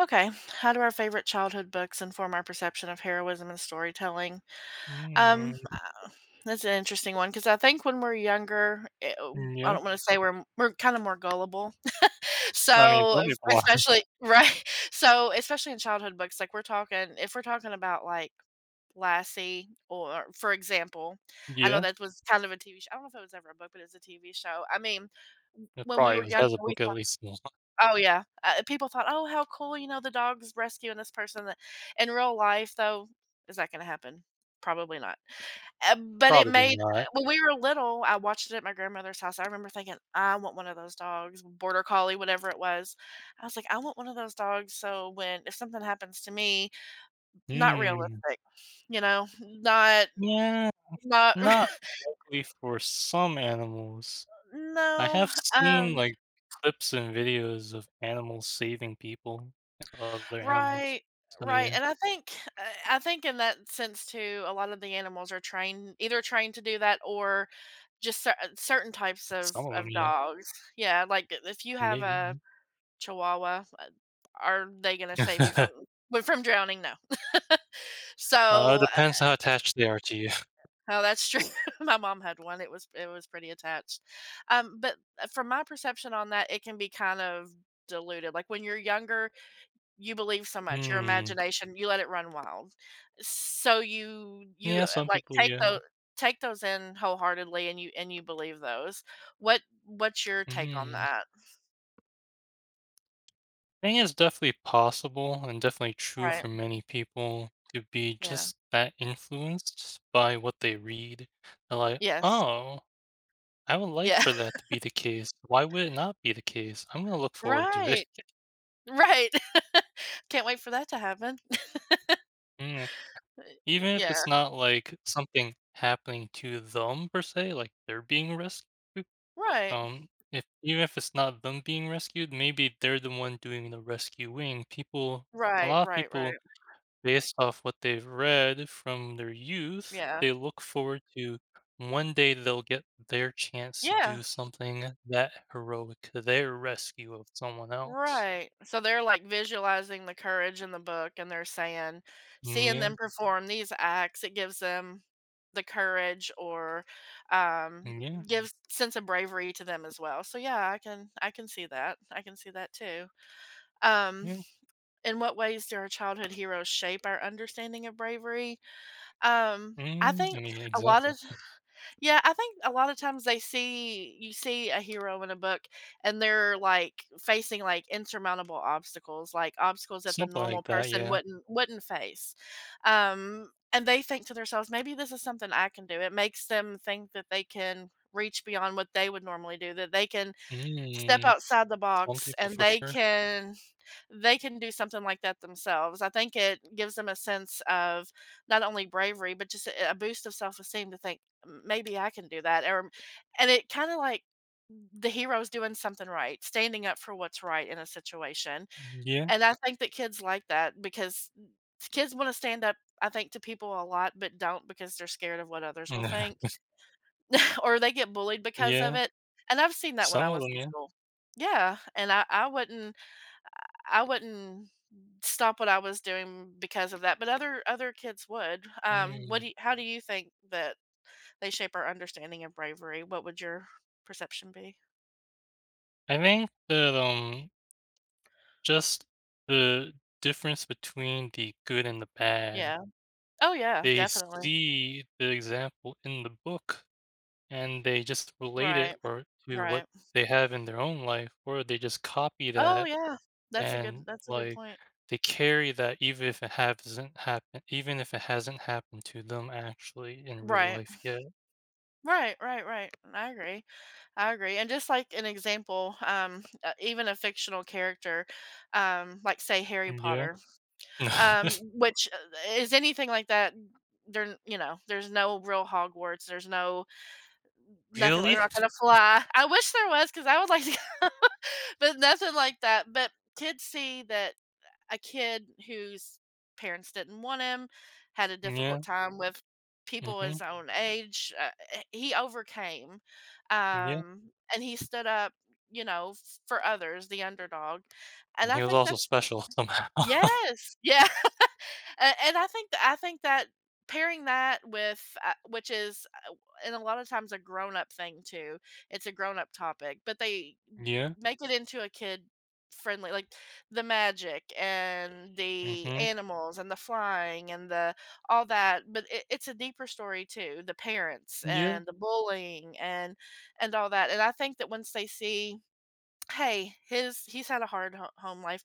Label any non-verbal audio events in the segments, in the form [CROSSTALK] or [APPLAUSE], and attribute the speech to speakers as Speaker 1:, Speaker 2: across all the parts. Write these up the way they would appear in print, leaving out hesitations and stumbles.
Speaker 1: Okay. How do our favorite childhood books inform our perception of heroism and storytelling? Um,
Speaker 2: Mm,
Speaker 1: uh, that's an interesting one because I think when we're younger, it, I
Speaker 2: yeah.
Speaker 1: don't want to say we're kind of more gullible. [LAUGHS]
Speaker 2: I mean,
Speaker 1: So
Speaker 2: some people are. [LAUGHS]
Speaker 1: especially right, so especially in childhood books, like we're talking, if we're talking about like Lassie, or for example, I know
Speaker 2: Yeah.
Speaker 1: that was kind of a TV show. I don't know if it was ever a book, but it's a TV show. I mean,
Speaker 2: It
Speaker 1: when we
Speaker 2: probably
Speaker 1: were
Speaker 2: was
Speaker 1: younger,
Speaker 2: has a
Speaker 1: we
Speaker 2: book at least one.
Speaker 1: oh, yeah. People thought, "Oh, how cool, the dog's rescuing this person that." In real life, though, is that gonna happen? Probably not. But it
Speaker 2: Probably
Speaker 1: made
Speaker 2: not.
Speaker 1: when we were little, I watched it at my grandmother's house. I remember thinking, "I want one of those dogs," border collie, whatever it was. I was like, "I want one of those dogs so when if something happens to me." Not
Speaker 2: Hmm.
Speaker 1: realistic, Not
Speaker 2: Yeah,
Speaker 1: not
Speaker 2: not
Speaker 1: [LAUGHS]
Speaker 2: likely for some animals. I
Speaker 1: no,
Speaker 2: have seen,
Speaker 1: um
Speaker 2: like, clips and videos of animals saving people and other animals.
Speaker 1: right,
Speaker 2: So,
Speaker 1: right,
Speaker 2: yeah,
Speaker 1: and I think I think in that sense too, a lot of the animals are trained, either trained to do that or just cer certain types of
Speaker 2: some of them,
Speaker 1: of
Speaker 2: yeah,
Speaker 1: dogs. Yeah, like, I if you have a
Speaker 2: maybe.
Speaker 1: Chihuahua, are they gonna save you from,
Speaker 2: [LAUGHS]
Speaker 1: but from drowning? No. [LAUGHS] So, uh
Speaker 2: Depends how attached they are to you.
Speaker 1: oh, that's true. [LAUGHS] My mom had one, it was pretty attached. But from my perception on that, it can be kind of diluted, like, when you're younger. You believe so
Speaker 2: [LAUGHS]
Speaker 1: much, your
Speaker 2: Hmm.
Speaker 1: imagination, you let it run wild. So you you,
Speaker 2: Yeah,
Speaker 1: uh,
Speaker 2: some
Speaker 1: like,
Speaker 2: people, yeah.
Speaker 1: take those in wholeheartedly and you believe those. What's your take on
Speaker 2: Mm.
Speaker 1: that?
Speaker 2: I think it's definitely possible and definitely true
Speaker 1: Right.
Speaker 2: for many people to be
Speaker 1: Yeah.
Speaker 2: just that influenced by what they read. They're like,
Speaker 1: Yes.
Speaker 2: oh, I would like
Speaker 1: Yeah.
Speaker 2: for that
Speaker 1: [LAUGHS]
Speaker 2: to be the case. Why would it not be the case? I'm going to look forward to
Speaker 1: Right.
Speaker 2: it. [LAUGHS]
Speaker 1: Right. [LAUGHS] Can't wait for that to happen.
Speaker 2: Mm.
Speaker 1: [LAUGHS]
Speaker 2: Even if
Speaker 1: Yeah.
Speaker 2: it's not like something happening to them per se, like they're being rescued.
Speaker 1: Right.
Speaker 2: If even if it's not them being rescued, maybe they're the one doing the rescuing. A
Speaker 1: Right,
Speaker 2: lot of
Speaker 1: right,
Speaker 2: people
Speaker 1: right.
Speaker 2: based off what they've read from their youth,
Speaker 1: Yeah.
Speaker 2: they look forward to one day they'll get their chance to
Speaker 1: Yeah.
Speaker 2: do something that heroic, their rescue of someone else.
Speaker 1: Right. So they're like visualizing the courage in the book and they're saying, seeing
Speaker 2: Yeah,
Speaker 1: them mhm, perform these acts, it gives them the courage or
Speaker 2: yeah,
Speaker 1: mhm, gives sense of bravery to them as well. So yeah, I can see that. I can see that too. Um
Speaker 2: yeah.
Speaker 1: in what ways do our childhood heroes shape our understanding of bravery? I
Speaker 2: I
Speaker 1: think
Speaker 2: mean,
Speaker 1: a mhm, lot of
Speaker 2: example,
Speaker 1: yeah, I think a lot of times they see you see a hero in a book and they're like facing like insurmountable obstacles, like obstacles that the
Speaker 2: something like
Speaker 1: normal
Speaker 2: that.
Speaker 1: person
Speaker 2: Yeah.
Speaker 1: wouldn't face. And they think to themselves, maybe this is something I can do. It makes them think that they can reach beyond what they would normally do, that they can step
Speaker 2: Mm,
Speaker 1: outside the
Speaker 2: some
Speaker 1: box
Speaker 2: people
Speaker 1: and
Speaker 2: for
Speaker 1: they
Speaker 2: sure.
Speaker 1: can they can do something like that themselves. I think it gives them a sense of not only bravery, but just a boost of self-esteem to think, "M maybe I can do that," or and it kinda like the hero's doing something right, standing up for what's right in a situation,
Speaker 2: Yeah,
Speaker 1: and I think that kids like that because kids wanna stand up, I think, to people a lot, but don't because they're scared of what others will think.
Speaker 2: [LAUGHS]
Speaker 1: [LAUGHS] Or they get bullied because of
Speaker 2: yeah.
Speaker 1: it, and I've seen that when
Speaker 2: Some
Speaker 1: I
Speaker 2: of them,
Speaker 1: was in
Speaker 2: yeah.
Speaker 1: school. Yeah, and I wouldn't I wouldn't stop what I was doing because of that, but other kids would. What
Speaker 2: Mm.
Speaker 1: do you how do you think that they shape our understanding of bravery? What would your perception be?
Speaker 2: I think that just the difference between the good and the bad.
Speaker 1: Yeah. Oh, yeah,
Speaker 2: They
Speaker 1: definitely.
Speaker 2: see the example in the book, and they just relate it
Speaker 1: Right,
Speaker 2: or to what
Speaker 1: right.
Speaker 2: they have in their own life, or they just copy
Speaker 1: Oh,
Speaker 2: that
Speaker 1: yeah. That's a good
Speaker 2: and,
Speaker 1: that's a good
Speaker 2: like,
Speaker 1: point.
Speaker 2: they carry that even if it hasn't happened to them actually in real
Speaker 1: Right.
Speaker 2: life yet.
Speaker 1: Right, right, right. I agree. I agree. And just like an example, even a fictional character, like say Harry
Speaker 2: Yeah.
Speaker 1: Potter, um,
Speaker 2: [LAUGHS]
Speaker 1: which is anything like that. There, you know, there's no real Hogwarts. There's no nothing.
Speaker 2: Really?
Speaker 1: They're not gonna fly. I wish there was because I would like to, [LAUGHS] but nothing like that. But kids see that a kid whose parents didn't want him, had a
Speaker 2: Yeah,
Speaker 1: difficult time with people
Speaker 2: mhm,
Speaker 1: his own age. He overcame,
Speaker 2: yeah,
Speaker 1: and he stood up, you know, f for others, the underdog, and
Speaker 2: and
Speaker 1: I
Speaker 2: he was
Speaker 1: think
Speaker 2: also
Speaker 1: that's
Speaker 2: special somehow. [LAUGHS]
Speaker 1: yes, yeah. A and I think that pairing that with, and a lot of times a grown-up thing too, it's a grown-up topic, but they
Speaker 2: Yeah,
Speaker 1: make it into a kid friendly like, the magic and the
Speaker 2: mhm,
Speaker 1: animals and the flying and the all that, but it it's a deeper story too, the parents
Speaker 2: yeah,
Speaker 1: and the bullying and all that, and I think that once they see, "Hey, his he's had a hard ho home life,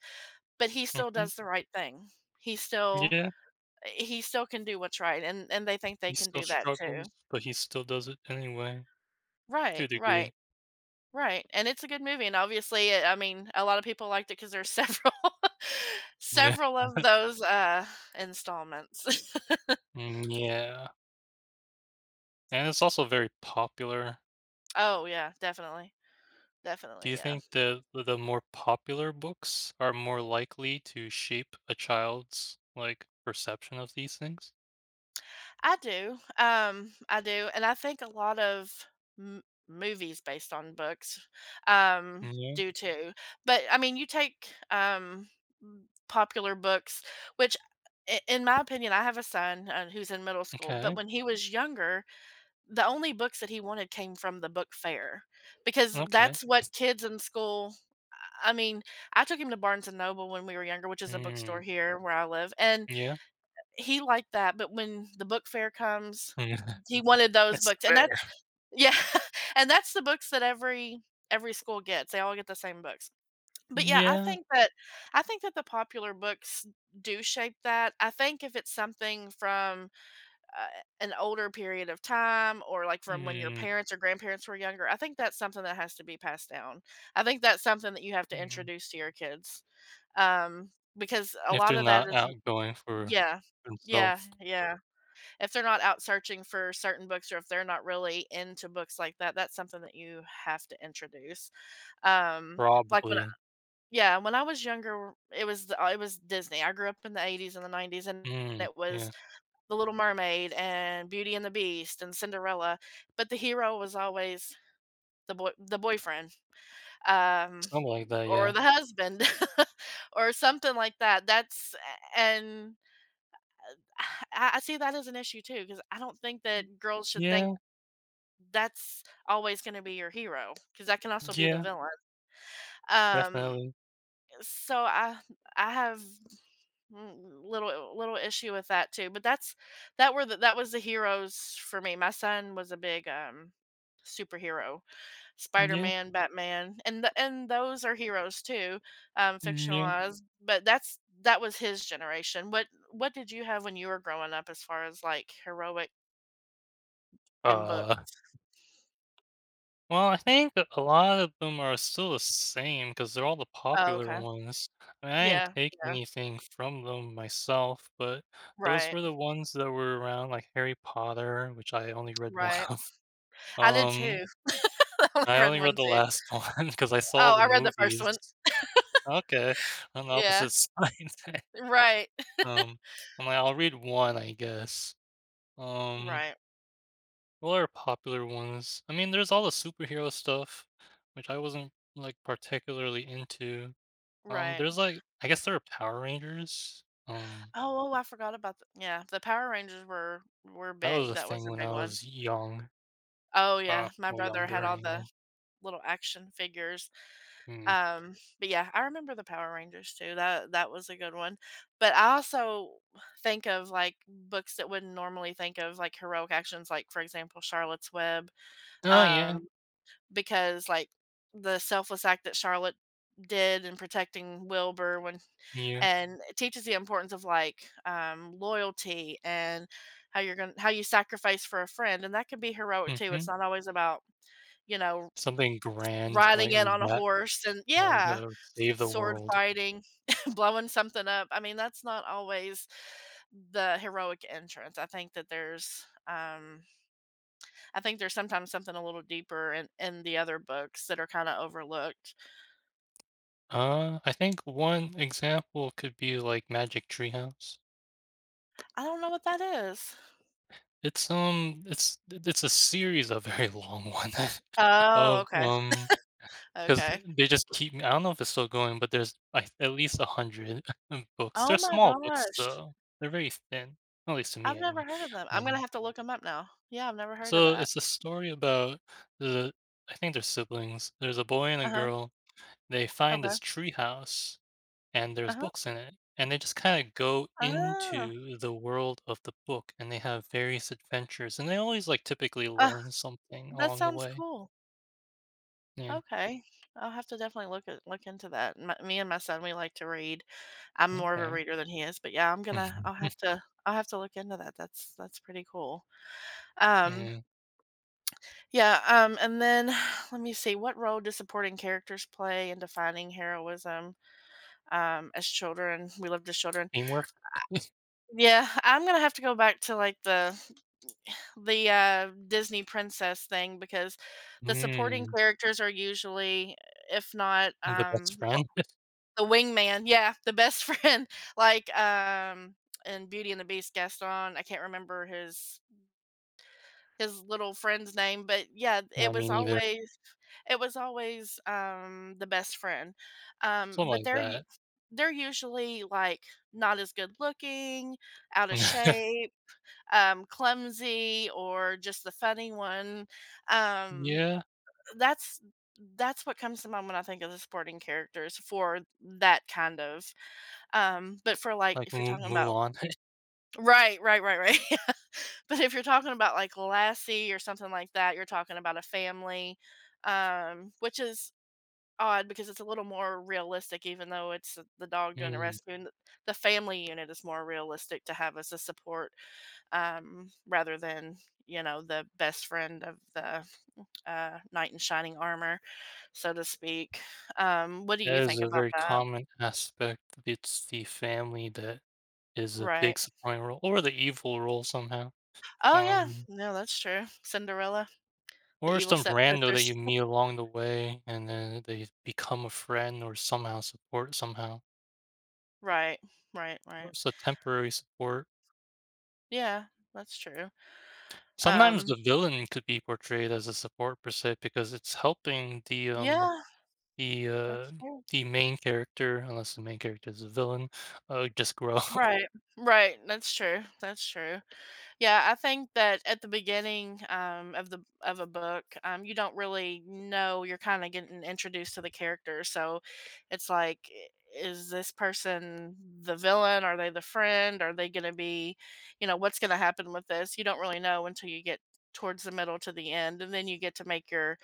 Speaker 1: but he still
Speaker 2: mhm,
Speaker 1: does the right thing. He still
Speaker 2: yeah,
Speaker 1: he still can do what's right, and they think they
Speaker 2: he
Speaker 1: can
Speaker 2: still
Speaker 1: do that too.
Speaker 2: struggles, but he still does it anyway, to a
Speaker 1: Right,
Speaker 2: degree.
Speaker 1: right, right, and it's a good movie, and obviously, I mean, a lot of people liked it because there's several [LAUGHS]
Speaker 2: Yeah.
Speaker 1: several
Speaker 2: [LAUGHS]
Speaker 1: of those, installments. [LAUGHS]
Speaker 2: yeah. And it's also very popular.
Speaker 1: Oh, yeah, definitely,
Speaker 2: Do
Speaker 1: definitely,
Speaker 2: you
Speaker 1: yeah.
Speaker 2: think the more popular books are more likely to shape a child's like perception of these things?
Speaker 1: I do. I do, and I think a lot of m- movies based on books um,
Speaker 2: Yeah.
Speaker 1: do too. But I mean, you take popular books, which, in my opinion, I have a son who's in middle school. But
Speaker 2: Okay.
Speaker 1: when he was younger, the only books that he wanted came from the book fair, because
Speaker 2: Okay.
Speaker 1: that's
Speaker 2: It's-
Speaker 1: what kids in school. I mean, I took him to Barnes and Noble when we were younger, which is a
Speaker 2: Mm,
Speaker 1: bookstore here where I live, and
Speaker 2: yeah.
Speaker 1: he liked that, but when the book fair comes,
Speaker 2: Mm. [LAUGHS]
Speaker 1: he wanted those
Speaker 2: it's
Speaker 1: books, and that's
Speaker 2: fair.
Speaker 1: yeah, [LAUGHS] and that's the books that every school gets. They all get the same books. But yeah,
Speaker 2: Yeah.
Speaker 1: I think that the popular books do shape that. I think if it's something from, uh, an older period of time or, like, from when your
Speaker 2: Mm,
Speaker 1: parents or grandparents were younger, I think that's something that has to be passed down. I think that's something that you have to
Speaker 2: mm.
Speaker 1: introduce to your kids, um, because a
Speaker 2: If
Speaker 1: lot
Speaker 2: they're
Speaker 1: of that
Speaker 2: not
Speaker 1: is
Speaker 2: outgoing for
Speaker 1: yeah. Yeah,
Speaker 2: themselves,
Speaker 1: yeah if they're not out searching for certain books or if they're not really into books like that, that's something that you have to introduce. Um, like when I
Speaker 2: probably.
Speaker 1: yeah, when I was younger, it was the, it was Disney. I grew up in the '80s and the '90s and
Speaker 2: Mm,
Speaker 1: it was
Speaker 2: yeah.
Speaker 1: The Little Mermaid and Beauty and the Beast and Cinderella, but the hero was always the boyfriend, um,
Speaker 2: Something like that.
Speaker 1: or
Speaker 2: Yeah.
Speaker 1: the husband [LAUGHS] or something like that. That's and [SIGHS] I see that as an issue too because I don't think that girls should think
Speaker 2: Yeah.
Speaker 1: that's always gonna be your hero because that can also be the
Speaker 2: Yeah.
Speaker 1: villain. Um,
Speaker 2: Definitely.
Speaker 1: so I have little little issue with that too, but that's that was the heroes for me. My son was a big, superhero,
Speaker 2: Yeah.
Speaker 1: Spider-Man, Batman, and th and those are heroes too,
Speaker 2: Yeah.
Speaker 1: fictionalized, but that's that was his generation. What did you have when you were growing up as far as, like, heroic in book?
Speaker 2: Uh, well, I think a lot of them are still the same because they're all the
Speaker 1: Oh,
Speaker 2: popular
Speaker 1: okay.
Speaker 2: ones. I mean, I didn't
Speaker 1: Yeah,
Speaker 2: take
Speaker 1: yeah.
Speaker 2: anything from them myself, but those
Speaker 1: Right,
Speaker 2: were the ones that were around, like Harry Potter, which I only read one
Speaker 1: right.
Speaker 2: [LAUGHS] of.
Speaker 1: I did
Speaker 2: Um,
Speaker 1: too. [LAUGHS] I only
Speaker 2: I
Speaker 1: read
Speaker 2: only read
Speaker 1: one
Speaker 2: the
Speaker 1: too.
Speaker 2: last [LAUGHS] one because I saw
Speaker 1: Oh,
Speaker 2: the
Speaker 1: I read the first
Speaker 2: movies.
Speaker 1: one.
Speaker 2: Okay, on the
Speaker 1: Yeah.
Speaker 2: opposite side. [LAUGHS]
Speaker 1: Right.
Speaker 2: Um, I'm like, I'll read one, I guess. Um,
Speaker 1: Right.
Speaker 2: What are popular ones? I mean, there's all the superhero stuff, which I wasn't like particularly into.
Speaker 1: Right.
Speaker 2: There's like I guess there are Power Rangers.
Speaker 1: Oh, oh, I forgot about the yeah, the Power Rangers were
Speaker 2: That was
Speaker 1: big.
Speaker 2: a
Speaker 1: That
Speaker 2: thing
Speaker 1: was a
Speaker 2: when I
Speaker 1: big one.
Speaker 2: was young.
Speaker 1: Oh, yeah. My
Speaker 2: Well,
Speaker 1: brother had
Speaker 2: younger
Speaker 1: all the
Speaker 2: anyway.
Speaker 1: little action figures.
Speaker 2: Mm.
Speaker 1: Um, but yeah, I remember the Power Rangers too. That was a good one. But I also think of, like, books that wouldn't normally think of, like, heroic actions, like, for example, Charlotte's Web,
Speaker 2: Oh yeah,
Speaker 1: um because like the selfless act that Charlotte did in protecting Wilbur when
Speaker 2: yeah.
Speaker 1: and it teaches the importance of like loyalty and how you're going to how you sacrifice for a friend and that can be heroic too.
Speaker 2: Hmm.
Speaker 1: It's not always about, you know,
Speaker 2: Something grand
Speaker 1: riding
Speaker 2: like
Speaker 1: in
Speaker 2: in
Speaker 1: on a
Speaker 2: that,
Speaker 1: horse and
Speaker 2: like
Speaker 1: yeah,
Speaker 2: save the
Speaker 1: sword
Speaker 2: world.
Speaker 1: fighting, [LAUGHS] blowing something up. I mean, that's not always the heroic entrance. I think that there's I think there's sometimes something a little deeper in the other books that are kind of overlooked.
Speaker 2: I think one example could be like Magic Treehouse.
Speaker 1: I don't know what that is.
Speaker 2: It's a series, a very long one [LAUGHS]
Speaker 1: Oh,
Speaker 2: of,
Speaker 1: okay.
Speaker 2: because
Speaker 1: Okay.
Speaker 2: they just keep I don't know if it's still going, but there's, like, at least 100 [LAUGHS] books. They're
Speaker 1: Oh my
Speaker 2: small books,
Speaker 1: gosh.
Speaker 2: though. They're very thin, at least to me
Speaker 1: I've
Speaker 2: anyway.
Speaker 1: never heard of them. I'm gonna
Speaker 2: Um,
Speaker 1: have to look them up now. Yeah, I've never heard of
Speaker 2: so
Speaker 1: that.
Speaker 2: it's a story about the I think they're siblings. There's a boy and a
Speaker 1: Uh-huh.
Speaker 2: girl. They find
Speaker 1: Okay.
Speaker 2: this treehouse and there's
Speaker 1: Uh-huh.
Speaker 2: books in it. And they just kind of go
Speaker 1: Ah.
Speaker 2: into the world of the book and they have various adventures and they always like typically
Speaker 1: Ah,
Speaker 2: learn something
Speaker 1: that
Speaker 2: along the
Speaker 1: sounds
Speaker 2: way.
Speaker 1: cool.
Speaker 2: Yeah.
Speaker 1: Okay. I'll have to definitely look into that. My Me and my son, we like to read. I'm more of a
Speaker 2: Okay.
Speaker 1: reader than he is, but yeah,
Speaker 2: [LAUGHS]
Speaker 1: I'll have to look into that. That's pretty cool. Um,
Speaker 2: yeah.
Speaker 1: yeah, and then [SIGHS] let me see, what role do supporting characters play in defining heroism? As children. We lived as children.
Speaker 2: Teamwork.
Speaker 1: Yeah, I'm gonna have to go back to like the Disney princess thing because the supporting
Speaker 2: Mm.
Speaker 1: characters are usually, if not,
Speaker 2: The best friend.
Speaker 1: the wingman. Yeah, the best [LAUGHS] friend. Like in Beauty and the Beast, Gaston. I can't remember his little friend's name, but yeah,
Speaker 2: [LAUGHS] I
Speaker 1: it was
Speaker 2: mean, either
Speaker 1: always it was always um, the best friend.
Speaker 2: something
Speaker 1: But
Speaker 2: like that.
Speaker 1: they're usually, like, not as good looking, out of
Speaker 2: [LAUGHS]
Speaker 1: shape, clumsy, or just the funny one. Um,
Speaker 2: yeah.
Speaker 1: that's that's what comes to mind when I think of the supporting characters for that kind of. But for, like,
Speaker 2: Like
Speaker 1: if you're talking about.
Speaker 2: Mulan. [LAUGHS]
Speaker 1: Right, right, right, right. [LAUGHS] But if you're talking about, like, Lassie or something like that, you're talking about a family, which is odd because it's a little more realistic even though it's the dog doing the
Speaker 2: mm.
Speaker 1: rescue, and the family unit is more realistic to have as a support, rather than, you know, the best friend of the knight in shining armor, so to speak. What do you
Speaker 2: That is
Speaker 1: think
Speaker 2: a
Speaker 1: about
Speaker 2: very
Speaker 1: that?
Speaker 2: common aspect. It's the family that is a big
Speaker 1: Right.
Speaker 2: supporting role or the evil role somehow.
Speaker 1: Oh yeah,
Speaker 2: Um,
Speaker 1: no, that's true. Cinderella, the
Speaker 2: Or
Speaker 1: evil
Speaker 2: some rando that you
Speaker 1: stepsisters.
Speaker 2: meet along the way and then they become a friend or somehow support somehow.
Speaker 1: [LAUGHS] Right, right,
Speaker 2: Or
Speaker 1: right.
Speaker 2: it's a temporary support.
Speaker 1: Yeah, that's true.
Speaker 2: Sometimes
Speaker 1: um,
Speaker 2: the villain could be portrayed as a support per se because it's helping the
Speaker 1: yeah,
Speaker 2: the uh
Speaker 1: that's true.
Speaker 2: the main character, unless the main character is a villain, just grow. [LAUGHS]
Speaker 1: Right, right, that's true, that's true. Yeah, I think that at the beginning, of a book, you don't really know. You're kind of getting introduced to the character, so it's like, is this person the villain? Are they the friend? Are they going to be, you know, what's going to happen with this? You don't really know until you get towards the middle to the end, and then you get to make your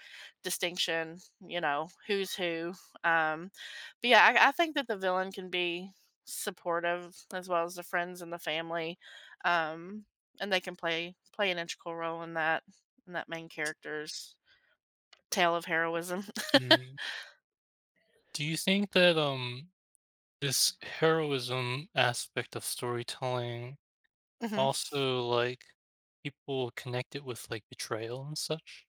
Speaker 1: distinction. You know, who's who. Um, but yeah, I think that the villain can be supportive as well as the friends and the family. Um, and they can play an integral role in that main character's tale of heroism. [LAUGHS]
Speaker 2: Mm. Do you think that this heroism aspect of storytelling
Speaker 1: Mhm.
Speaker 2: also like people connect it with like betrayal and such?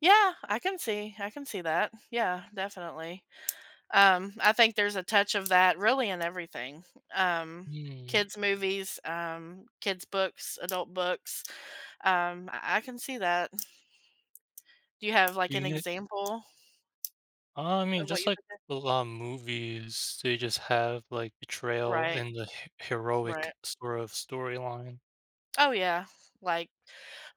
Speaker 1: Yeah, I can see that. Yeah, definitely. I think there's a touch of that really in everything. Um,
Speaker 2: Hmm.
Speaker 1: kids movies, kids books, adult books. I can see that. Do you have like an
Speaker 2: Yeah,
Speaker 1: example
Speaker 2: I mean,
Speaker 1: of what
Speaker 2: just
Speaker 1: you
Speaker 2: like
Speaker 1: think?
Speaker 2: a lot of movies, they just have like betrayal
Speaker 1: Right,
Speaker 2: in the heroic
Speaker 1: right.
Speaker 2: sort of storyline,
Speaker 1: Oh yeah, like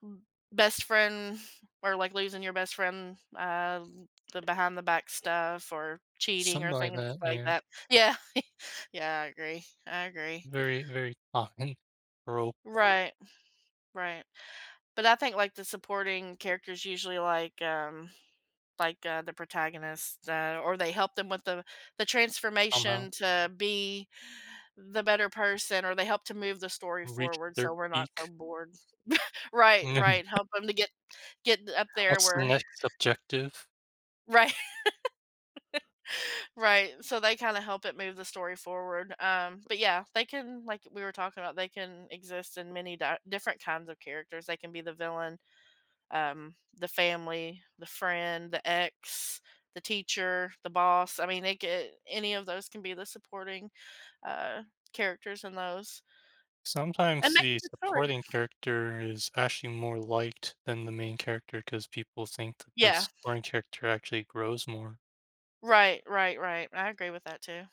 Speaker 1: m- best friend, or like losing your best friend, the behind the back stuff or cheating
Speaker 2: something
Speaker 1: or
Speaker 2: like
Speaker 1: things
Speaker 2: that.
Speaker 1: like
Speaker 2: Yeah,
Speaker 1: that. Yeah, [LAUGHS] yeah, I agree. I agree.
Speaker 2: very, very common [LAUGHS] trope
Speaker 1: Right, right. But I think like the supporting characters usually like the protagonist, or they help them with the
Speaker 2: somehow
Speaker 1: transformation to be the better person, or they help to move the story
Speaker 2: reach
Speaker 1: forward
Speaker 2: their
Speaker 1: so we're not
Speaker 2: peak.
Speaker 1: so bored.
Speaker 2: [LAUGHS]
Speaker 1: Right,
Speaker 2: and then
Speaker 1: right. Help them to get up there
Speaker 2: what's the
Speaker 1: where.
Speaker 2: next objective?
Speaker 1: Right, [LAUGHS] right. So they kinda help it move the story forward. But yeah, they can, like we were talking about, they can exist in many di different kinds of characters. They can be the villain, the family, the friend, the ex, the teacher, the boss. I mean, they get any of those can be the supporting, uh, characters in those, and
Speaker 2: Sometimes
Speaker 1: make
Speaker 2: the
Speaker 1: a good story.
Speaker 2: supporting character is actually more liked than the main character because people think that the
Speaker 1: Yeah.
Speaker 2: supporting character actually grows more.
Speaker 1: Right, right, right. I agree with that too.